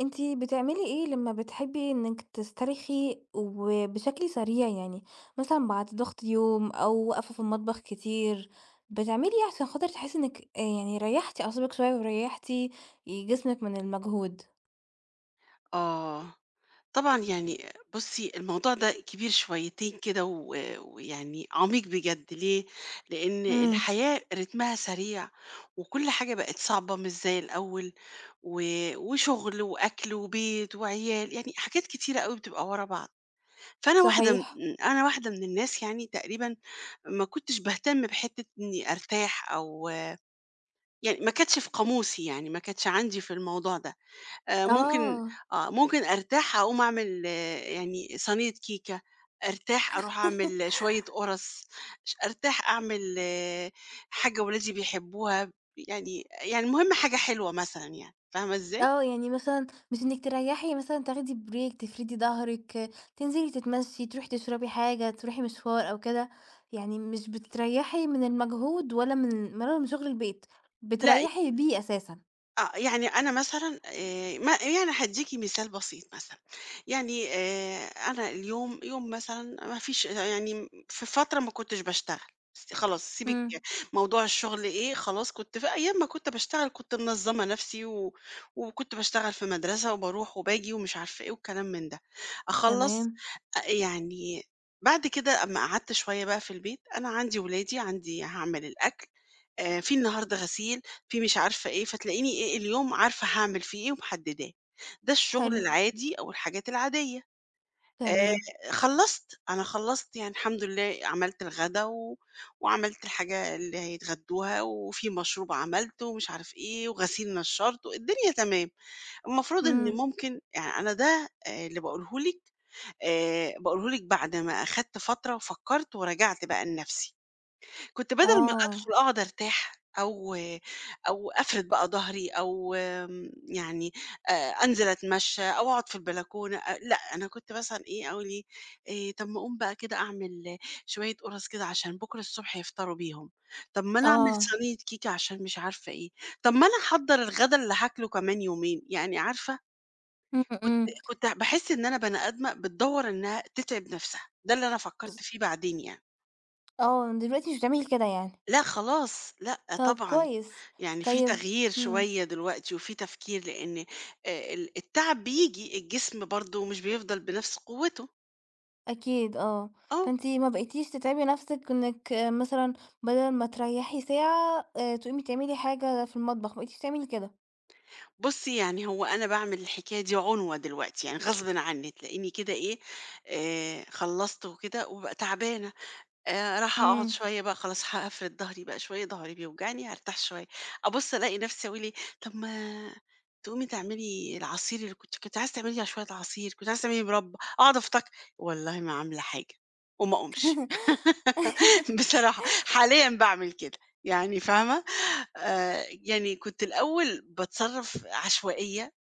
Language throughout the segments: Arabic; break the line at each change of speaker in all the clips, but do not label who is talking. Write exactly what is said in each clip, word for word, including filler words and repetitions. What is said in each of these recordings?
أنتِ بتعملي إيه لمّا بتحبي إنِّك تسترخي وبشكل سريع يعني، مثلًا بعد ضغط يوم أو واقفة في المطبخ كتير، بتعملي إيه عشان خاطر تحسي إنِّك آآ يعني ريّحتِ أعصابِك شوية وريّحتِ جسمِك من المجهود؟
آه، طبعًا يعني بُصّي الموضوع ده كبير شويتين كده و ويعني عميق بجد ليه؟ لإن
إمم.
الحياة رتمها سريع وكل حاجة بقت صعبة مش زي الأول و وشغل وأكل وبيت وعيال، يعني حاجات كتيرة أوي بتبقى ورا بعض، فأنا واحدة م
صحيح.
أنا واحدة من الناس يعني تقريبًا ما كنتش باهتم بحتّة إني أرتاح أو يعني ما كانتش في قاموسي يعني، ما كانتش عندي في الموضوع ده. آآ ممكن
آه.
آه، ممكن أرتاح أقوم أعمل آه، يعني صينية كيكة، أرتاح أروح أعمل شوية قُرَص، ش أرتاح أعمل آه، حاجة ولادي بيحبوها، يعني يعني المهم حاجة حلوة مثلًا يعني، فاهمة إزاي؟
آه، يعني مثلًا مش إنِّك تريّحي مثلًا تاخدي break تفردي ضهرِك، تنزلي تتمشي، تروحي تشربي حاجة، تروحي مشوار أو كده، يعني مش بتريّحي من المجهود ولا من ولا من شغل البيت،
لأ
بتريّحي بيه أساسًا.
آه، يعني أنا مثلًا آآ ما يعني هادّيكِ مثال بسيط مثلًا، يعني آآ أنا اليوم يوم مثلًا ما فيش يعني في فترة ما كنتش باشتغل، س خلاص سيبِك
إمم.
موضوع الشغل إيه، خلاص كنت في أيام ما كنت باشتغل كنت منظّمة نَفْسي و وكنت باشتغل في مدرسة وباروح وباجي ومش عارفة إيه والكلام من ده، أخلّص
تمام.
أ يعني بعد كده أمّا قعدت شوية بقى في البيت، أنا عندي ولادي، عندي هاعمل الأكل آآ في النهارده غسيل، في مش عارفة إيه، فتلاقيني إيه، اليوم عارفة هاعمل فيه إيه ومحدداه. ده الشغل
حلو.
العادي أو الحاجات العادية. آآ
تمام.
خلّصت، أنا خلّصت يعني الحمد لله عملت الغدا و وعملت الحاجة اللي هيتغدوها وفي مشروب عملته ومش عارف إيه وغسيل نشّرته، الدنيا تمام. المفروض إن
إمم.
ممكن يعني أنا ده آآ اللي باقوله لِك، آآ باقوله لِك بعد ما أخدت فترة وفكّرت ورجعت بقى لنفسي. كنت بدل ما أدخل
آه.
أقعد أرتاح أو أو أفرد بقى ضهري أو آمم، يعني آآ، أنزل أتمشى أو أقعد في البلكونة أ لأ، أنا كنت مثلًا إيه أقول إيه، آآ، طب ما أقوم بقى كده أعمل شوية قُرَص كده عشان بكرة الصبح يفطروا بيهم، طب ما أنا أعمل
آه.
صينية كيكة عشان مش عارفة إيه، طب ما أنا أحضّر الغدا اللي هاكله كمان يومين، يعني عارفة.
إمم.
كنت
إمم.
كنت باحس إن أنا بني آدمة بتدوّر إنها تتعب نفسها، ده اللي أنا فكرت فيه بعدين يعني.
آه، دلوقتي مش بتعملي كده يعني.
لأ خلاص، لأ
طب
طبعًا.
كويس.
يعني في
طيب
تغيير
إمم.
شوية دلوقتي وفي تفكير لأن آه، ال- التعب بيجي الجسم برضه مش بيفضل بنفس قوته.
أكيد آه.
اه
فأنتِ ما بقيتيش تتعبي نفسِك إنِك آه، مثلًا بدل ما تريّحي ساعة آآ، تقومي تعملي حاجة في المطبخ، ما بقيتيش تعملي كده.
بصي يعني هو أنا بعمل الحكاية دي عنوة دلوقتي، يعني غصب عني تلاقيني كده إيه، آه، خلصت وكده وببقى تعبانة، آآ راح أقعد
إمم.
شوية بقى، خلاص هافرد ضهري بقى شوية، ضهري بيوجعني هارتاح شوية، أبُص ألاقي نفسي أقول إيه، طب ما تقومي تعملي العصير اللي كنتِ كنتِ عايزة تعملي لي شوية عصير، كنتِ عايزة تعملي مربى، أقعد أفتكر، والله ما عاملة حاجة وما أقومش. بصراحة حاليًا باعمل كده، يعني فاهمة؟ آآ يعني كنت الأول باتصرف عشوائية،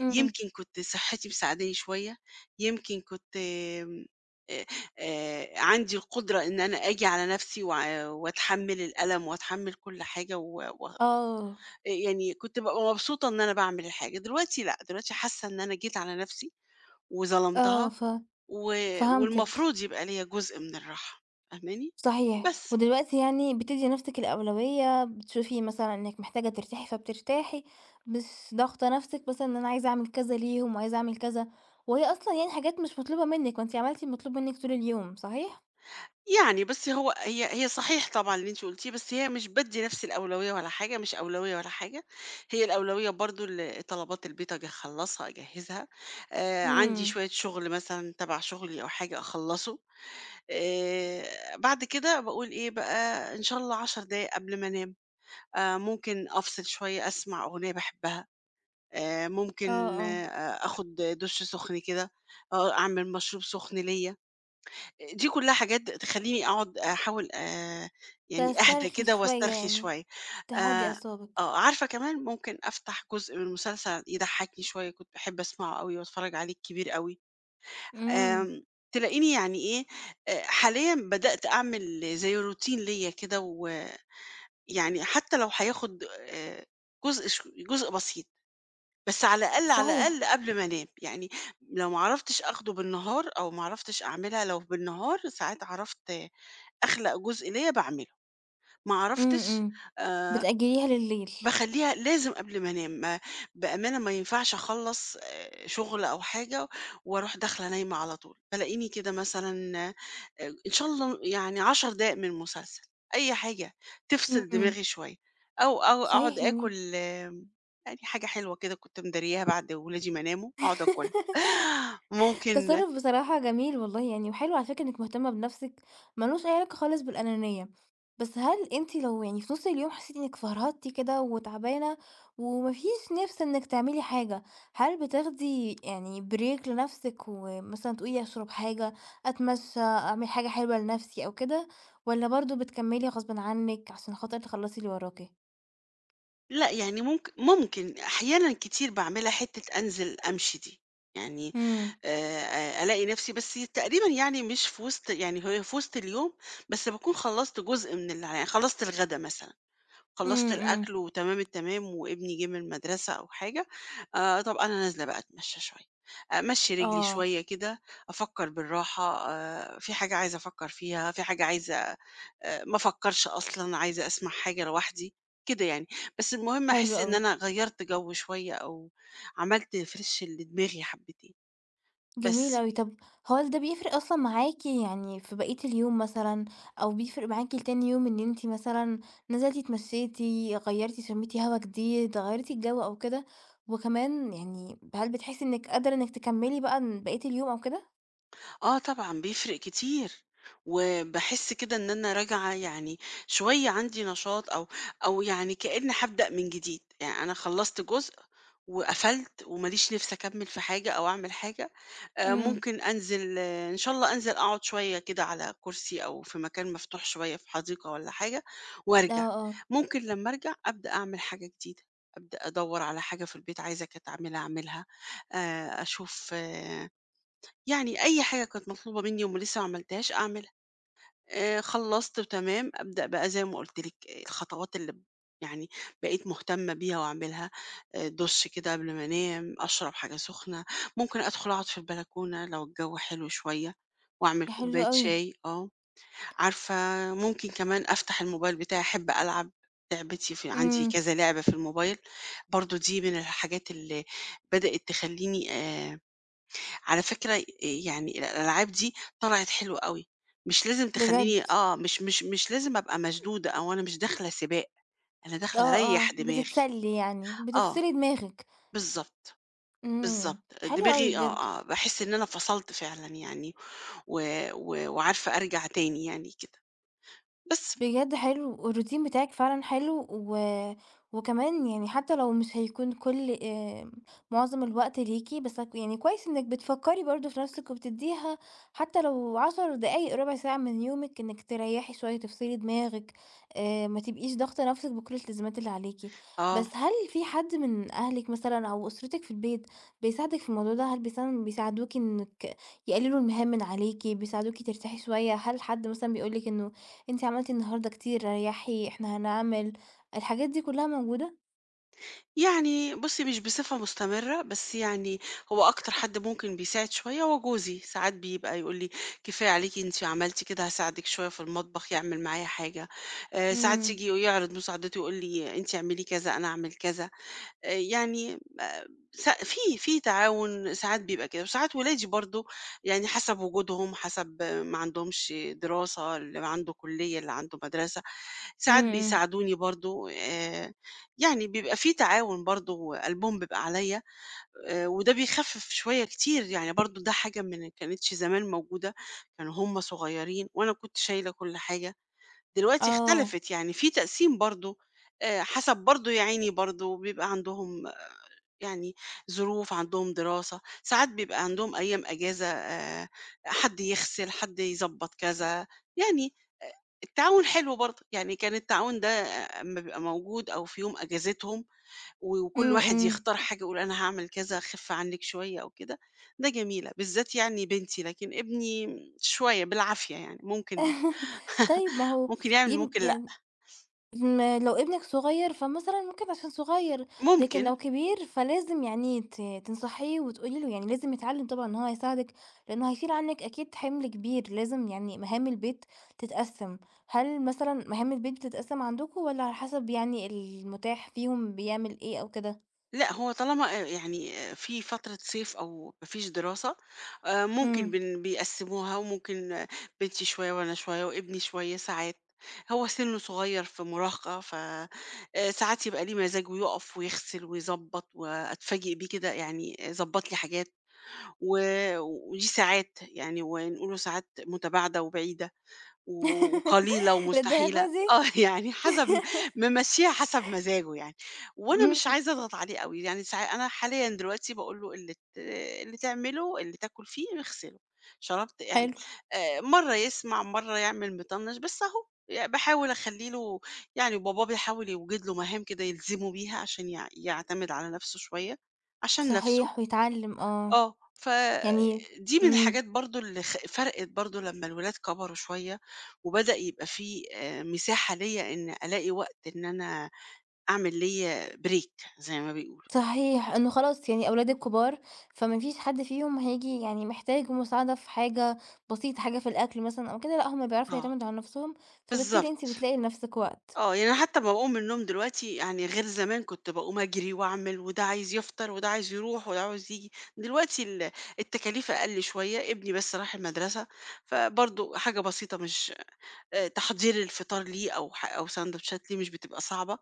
إمم.
كنت صحتي مساعداني شوية، يمكن كنت آمم، آآ آآ عندي القدرة إن أنا آجي على نَفْسي وع وأتحمّل الألم وأتحمّل كل حاجة و و
آه.
يعني كنت بابقى مبسوطة إن أنا باعمل الحاجة، دلوقتي لأ، دلوقتي حاسة إن أنا جيت على نَفْسي
آه.
وظلمتها
ف
و
فهمتِك،
والمفروض يبقى ليّا جزء من الراحة، فاهماني؟
صحيح،
بس.
ودلوقتي يعني بتدّي نفسِك الأولوية، بتشوفي مثلًا إنِك محتاجة ترتاحي فبترتاحي، مش ضاغطة نفسِك مثلًا إن أنا عايزة أعمل كذا ليهم وعايزة أعمل كذا، وهي أصلًا يعني حاجات مش مطلوبة منِك، وأنتِ عملتِ المطلوب منِك طول اليوم، صحيح؟
يعني بُصّي، هو هي هي صحيح طبعًا اللي أنتِ قُلتيه، بس هي مش بادّي نَفْسي الأولوية ولا حاجة، مش أولوية ولا حاجة، هي الأولوية برضه ل طلبات البيت أجي أخلّصها، أجهّزها، آآ عندي
إمم.
شوية شُغل مثلًا تَبَع شُغلي أو حاجة أخلّصه، آآ بعد كده باقول إيه بقى، إن شاء الله 10 دقايق قبل ما أنام، آآ ممكن أفصل شوية أسمع أغنية باحبها، آآ
آه.
ممكن
آه.
آآ آخُد دُش سُخن كده، آه أعمل مشروب سُخن ليّا. دي كلّها حاجات تخلّيني أقعد أحاول آآ يعني أهدى
تسترخي
كده
شوية
واسترخي
يعني،
شوية.
تهدّي
آآ
أعصابِك.
آه، عارفة كمان ممكن أفتح جزء من مسلسل يضحّكني شوية، كنت باحب أسمعه أوي وأتفرّج عليه الكبير أوي.
إمم.
آمم تلاقيني يعني إيه، آآ حاليًا بدأت أعمل زي روتين ليّا كده، ويعني حتى لو هياخد آآ جزء ش جزء بسيط. بس على الأقل، على
صحيح.
الأقل قبل ما أنام، يعني لو ما عرفتش آخده بالنهار أو ما عرفتش أعملها لو بالنهار ساعات عرفت أخلق جزء ليّا باعمله، ما
إمم.
عرفتش
إمم.
آآ
بتأجّليها للليل.
باخلّيها لازم قبل ما أنام. ما بأمانة ما ينفعش أخلّص آآ شغل أو حاجة وأروح داخلة نايمة على طول، بالاقيني كده مثلًا آآ إن شاء الله يعني 10 دقايق من المسلسل، أي حاجة تفصل
إمم.
دماغي شوية، أو أو أقعد
صحيح يعني.
آكل آمم يعني حاجة حلوة كده كنت مدارياها بعد ولادي ما ناموا، أقعد آكلها. ممكن
تصرُّف بصراحة جميل والله يعني، وحلو على فكرة إنِّك مهتمة بنَفْسِك، ما لوش أي علاقة خالص بالأنانية. بس هل أنتِ لو يعني في نُص اليوم حسيتِ إنِّك فرهدتِ كده وتعبانة وما فيش نِفْس إنِّك تعملي حاجة، هل بتاخدي يعني break لنَفْسِك ومثلًا تقولي أشرب حاجة، أتمشّى، أعمل حاجة حلوة لنَفْسي أو كده، والّا برضه بتكمّلي غصبٍ عنِّك عشان خاطر تخلّصي اللي وراكِ؟
لأ، يعني ممك ممكن أحيانًا كتير باعملها حتّة أنزل أمشي دي، يعني
إمم.
آآ، ألاقي نفسي بس تقريبًا يعني مش في وسط، يعني هي في وسط اليوم، بس باكون خلّصت جزء من اللي يعني خلّصت الغدا مثلًا، خلّصت
إمم. إمم.
الأكل وتمام التمام وابني جه من المدرسة أو حاجة، آآ، طَب أنا نازلة بقى أتمشى شوية، أمشّي رجلي
آه.
شوية كده، أفكّر بالراحة، آآ، في حاجة عايزة أفكّر فيها، في حاجة عايزة آآ ما افكّرش أصلًا، عايزة أسمع حاجة لوحدي، كده يعني. بس المهم
حلو
أحس إن
أوي.
أنا غيّرت جو شوية أو عملت refresh لدماغي حبّتين،
جميل
بس.
أوي. طب هو هل ده بيفرق أصلًا معاكِ يعني في بقية اليوم مثلًا، أو بيفرق معاكِ لتاني يوم إن أنتِ مثلًا نزلتِ اتمشيتِ، غيّرتِ، شميتِ هوا جديد، غيّرتِ الجو أو كده؟ وكمان يعني هل بتحسي إنِك قادرة إنِك تكمّلي بقى ن بقية اليوم أو كده؟
آه طبعًا بيفرق كتير، وباحس كده إن أنا راجعة يعني شوية عندي نشاط أو أو يعني كأني هابدأ من جديد، يعني أنا خلّصت جزء وقفلت وما ليش نِفْس أكمّل في حاجة أو أعمل حاجة، آآ
إمم.
ممكن أنزل آه، إن شاء الله أنزل أقعد شوية كده على كرسي أو في مكان مفتوح شوية في حديقة والّا حاجة
آه.
وأرجع،
آه.
ممكن لمّا أرجع أبدأ أعمل حاجة جديدة، أبدأ أدوّر على حاجة في البيت عايزة كانت أعملها أعملها، آآ أشوف آه يعني أي حاجة كانت مطلوبة منّي وم لسه ما عملتهاش أعملها، آآ خلّصت تمام، أبدأ بقى زي ما قُلت لِك الخطوات اللي ب يعني بقيت مهتمة بيها وأعملها، آآ دُش كده قبل ما أنام، أشرب حاجة سخنة، ممكن أدخل أقعد في البلكونة لو الجو حلو شوية وأعمل
يا حلو
كوباية
أوي.
شاي آه، عارفة. ممكن كمان أفتح الموبايل بتاعي، أحب ألعب لعبتي، في عندي
إمم.
كذا لعبة في الموبايل، برضه دي من الحاجات اللي بدأت تخلّيني آآ على فكرة، آآ يعني الألعاب دي طلعت حلوة أوي، مش لازم
بجد.
تخلّيني آه، مش مش مش لازم أبقى مشدودة أو أنا مش داخلة سباق، أنا
آه.
داخلة
آه.
أريّح دماغي.
بتتسلي يعني،
آه،
بتفصلي دماغِك.
بالضبط،
إمم.
بالضبط.
حلو أوي
دماغي
بجد.
آه، آه، باحس إن أنا فصلت فعلًا يعني و و وعارفة أرجع تاني يعني كده، بس.
بجد حلو، الروتين بتاعِك فعلًا حلو، و وكمان يعني حتى لو مش هيكون كل آمم، معظم الوقت ليكِ، بس هك يعني كويس إنِّك بتفكّري برضه في نَفْسِك وبتدّيها حتى لو عشر دقايق، ربع ساعة من يومِك إنِّك تريّحي شوية، تفصلي دماغِك، آآ، ما تبقيش ضاغطة نَفْسِك بكل الالتزامات اللي عليكِ.
آه.
بس هل في حد من أهلِك مثلًا أو أسرتِك في البيت بيساعدِك في الموضوع ده؟ هل بيساعد بيساعدوكِ إنِّك يقللوا المهام من عليكِ، بيساعدوكِ ترتاحي شوية؟ هل حد مثلًا بيقول لِك إنه أنتِ عملتِ النهارده كتير، ريّحي، إحنا هنعمل، الحاجات دي كلّها موجودة؟
يعني بُصّي، مش بصفة مستمرة، بس يعني هو أكتر حد ممكن بيساعد شوية هو جوزي، ساعات بيبقى يقول لي: "كفاية عليكِ أنتِ عملتِ كده، هاساعدِك شوية في المطبخ." يعمل معايا حاجة، آآ ساعات
إمم.
ييجي ويعرض مساعدته ويقول لي: "أنتِ اعملي كذا، أنا أعمل كذا." آآ يعني آآ س في في تعاون ساعات بيبقى كده، وساعات ولادي برضه يعني حسب وجودهم، حسب آه، ما عندهمش دراسة، اللي عنده كلية، اللي عنده مدرسة، ساعات
إمم. إمم.
بيساعدوني برضه آآ، يعني بيبقى في تعاون برضه قلبهم بيبقى عليَّ، آآ، وده بيخفف شوية كتير يعني، برضه ده حاجة من كانتش زمان موجودة، كانوا هُم صغيرين وأنا كنت شايلة كل حاجة، دلوقتي
آه.
اختلفت يعني في تقسيم برضه، آآ، حسب برضه يا عيني برضه بيبقى عندهم يعني ظروف، عندهم دراسة، ساعات بيبقى عندهم أيام أجازة، آآ، حد يغسل، حد يضبّط كذا، يعني التعاون حلو برضه، يعني كان التعاون ده أمّا بيبقى موجود أو في يوم أجازتهم و وكل واحد
إمم.
يختار حاجة، يقول أنا هاعمل كذا خِف عنِّك شوية أو كده، ده جميلة، بالذات يعني بنتي، لكن ابني شوية بالعافية يعني، ممكن
إمم. طيب ما هو
ممكن يعمل
يم
ممكن لأ،
يعني م لو ابنِك صغير فمثلًا ممكن عشان صغير، لكن
ممكن.
لو كبير فلازم يعني ت تنصحيه وتقولي له يعني لازم يتعلّم طبعًا إن هو يساعدِك، لإنه هيشيل عنِّك أكيد حِمل كبير، لازم يعني مهام البيت تتقسّم، هل مثلًا مهام البيت بتتقسّم عندكم والّا على حسب يعني المُتاح فيهم بيعمل إيه أو كده؟
لأ، هو طالما آآ يعني آآ في فترة صيف أو ما فيش دراسة، آآ ممكن
إمم.
بن بيقسّموها وممكن آه، بنتي شوية وأنا شوية وابني شوية ساعات، هو سِنّه صغير في مراهقة، ف آآ ساعات يبقى ليه مزاج ويُقف ويغسل ويضبّط وأتفاجئ بيه كده يعني ضبّط لي حاجات، و ودي ساعات يعني، ونقول له ساعات متباعدة وبعيدة. و وقليلة ومستحيلة،
للدرجة دي!
آه. يعني حسب م ممشّيها حسب مزاجه يعني، وأنا مش
إمم.
عايزة أضغط عليه أوي، يعني ساع أنا حاليًا دلوقتي باقول له اللي ت اللي تعمله، اللي تاكل فيه اغسله، شربت اعمل،
حلو.
آآ مرّة يسمع، مرّة يعمل مطنّش، بس أهو ي باحاول أخلّي له يعني، باباه بيحاول يوجد له مهام كده يلزمه بيها عشان يع يعتمد على نَفْسه شوية، عشان نَفْسه
صحيح ويتعلّم آه،
آه،
يعني
فدي من
إمم.
الحاجات برضه اللي خ فرقِت برضه لمّا الولاد كبروا شوية، وبدأ يبقى في آآ مساحة ليّا إن ألاقي وقت إن أنا أعمل ليّا break زي ما بيقولوا،
صحيح إنه خلاص يعني أولادِك كبار، فما فيش حد فيهم هييجي يعني محتاج مساعدة في حاجة بسيطة، حاجة في الأكل مثلًا أو كده، لأ هُم بيعرفوا
آه،
يعتمدوا على نفسهم، فبالتالي أنتِ
بالضبط،
بتلاقي لنفسِك وقت.
آه، يعني حتى أمّا باقوم من النوم دلوقتي يعني غير زمان، كنت باقوم أجري وأعمل، وده عايز يفطر وده عايز يروح وده عاوز ييجي، دلوقتي ال التكاليف أقل شوية، ابني بس راح المدرسة، فبرضه حاجة بسيطة مش آآ تحضير الفطار ليه، أو ح أو ساندوتشات ليه مش بتبقى صعبة،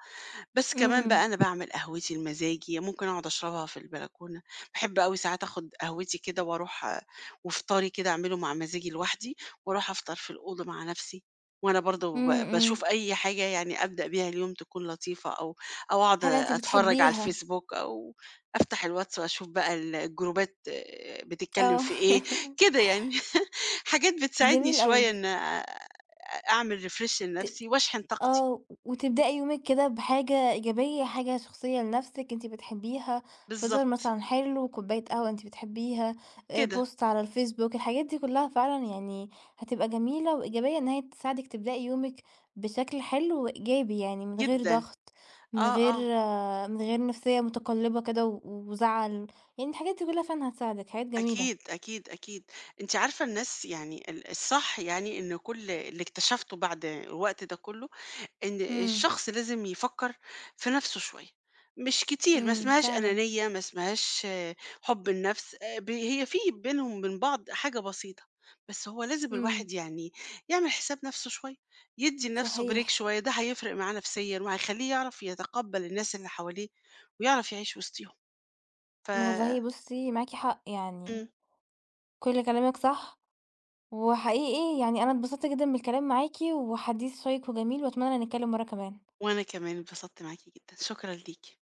بس كمان
إمم.
بقى أنا باعمل قهوتي المزاجي، ممكن أقعد أشربها في البلكونة، باحب أوي ساعات آخد قهوتي كده وأروح آه، وفطاري كده أعمله مع مزاجي لوحدي، وأروح أفطر في الأوضة مع نفسي، وأنا برضه
إمم.
ب
إمم.
باشوف أي حاجة يعني أبدأ بيها اليوم تكون لطيفة، أو أو أقعد
حاجة أنتِ
أتفرج على
بتحبيها.
الفيسبوك، أو أفتح الواتس وأشوف بقى ال الجروبات آه، بتتكلم
آه.
في إيه، كده يعني. حاجات بتساعدني
جميل أوي.
شوية إن أ أعمل refresh
ت
لنفسي وأشحن طاقتي،
آه، وتبدأي يومِك كده بحاجة إيجابية، حاجة شخصية لنفسِك أنتِ بتحبيها، فطار
بالضبط،
مثلًا حلو، كوباية قهوة أنتِ بتحبيها، آآ،
كده.
بوست على الفيسبوك، الحاجات دي كلها فعلًا يعني هتبقى جميلة وإيجابية إن هي تساعدِك تبدأي يومِك بشكل حلو وإيجابي يعني، من غير
جدًا،
ضغط، من
آه،
غير
آه،
آه، من غير نفسية متقلبة كده و وزعل، يعني الحاجات دي كلها فعلًا هتساعدِك، حاجات جميلة.
أكيد، أكيد، أكيد. أنتِ عارفة الناس يعني ال الصح، يعني إن كل اللي اكتشفته بعد الوقت ده كله، إن
إمم.
الشخص لازم يفكّر في نَفْسه شوية، مش كتير، ما
إمم.
اسمهاش
فعلًا.
أنانية، ما اسمهاش آه، حُب النَفْس، آآ ب هي في بينهم وبين بعض حاجة بسيطة، بس هو لازم
إمم.
الواحد يعني يعمل حساب نَفْسه شوية، يدّي لنَفْسه break
صحيح.
شوية، ده هيفرق معاه نفسيًا، وهيخلّيه يعرف يتقبّل الناس اللي حواليه ويعرف يعيش وسطيهم. ف
والله بُصي معاكِ حق يعني.
إمم.
كل كلامِك صح، وحقيقي يعني أنا اتبسطت جدًا بالكلام معاكِ، وحديث شيّق وجميل وأتمنى نتكلّم مرّة كمان.
وأنا كمان اتبسطت معاكِ جدًا، شكرًا ليكِ.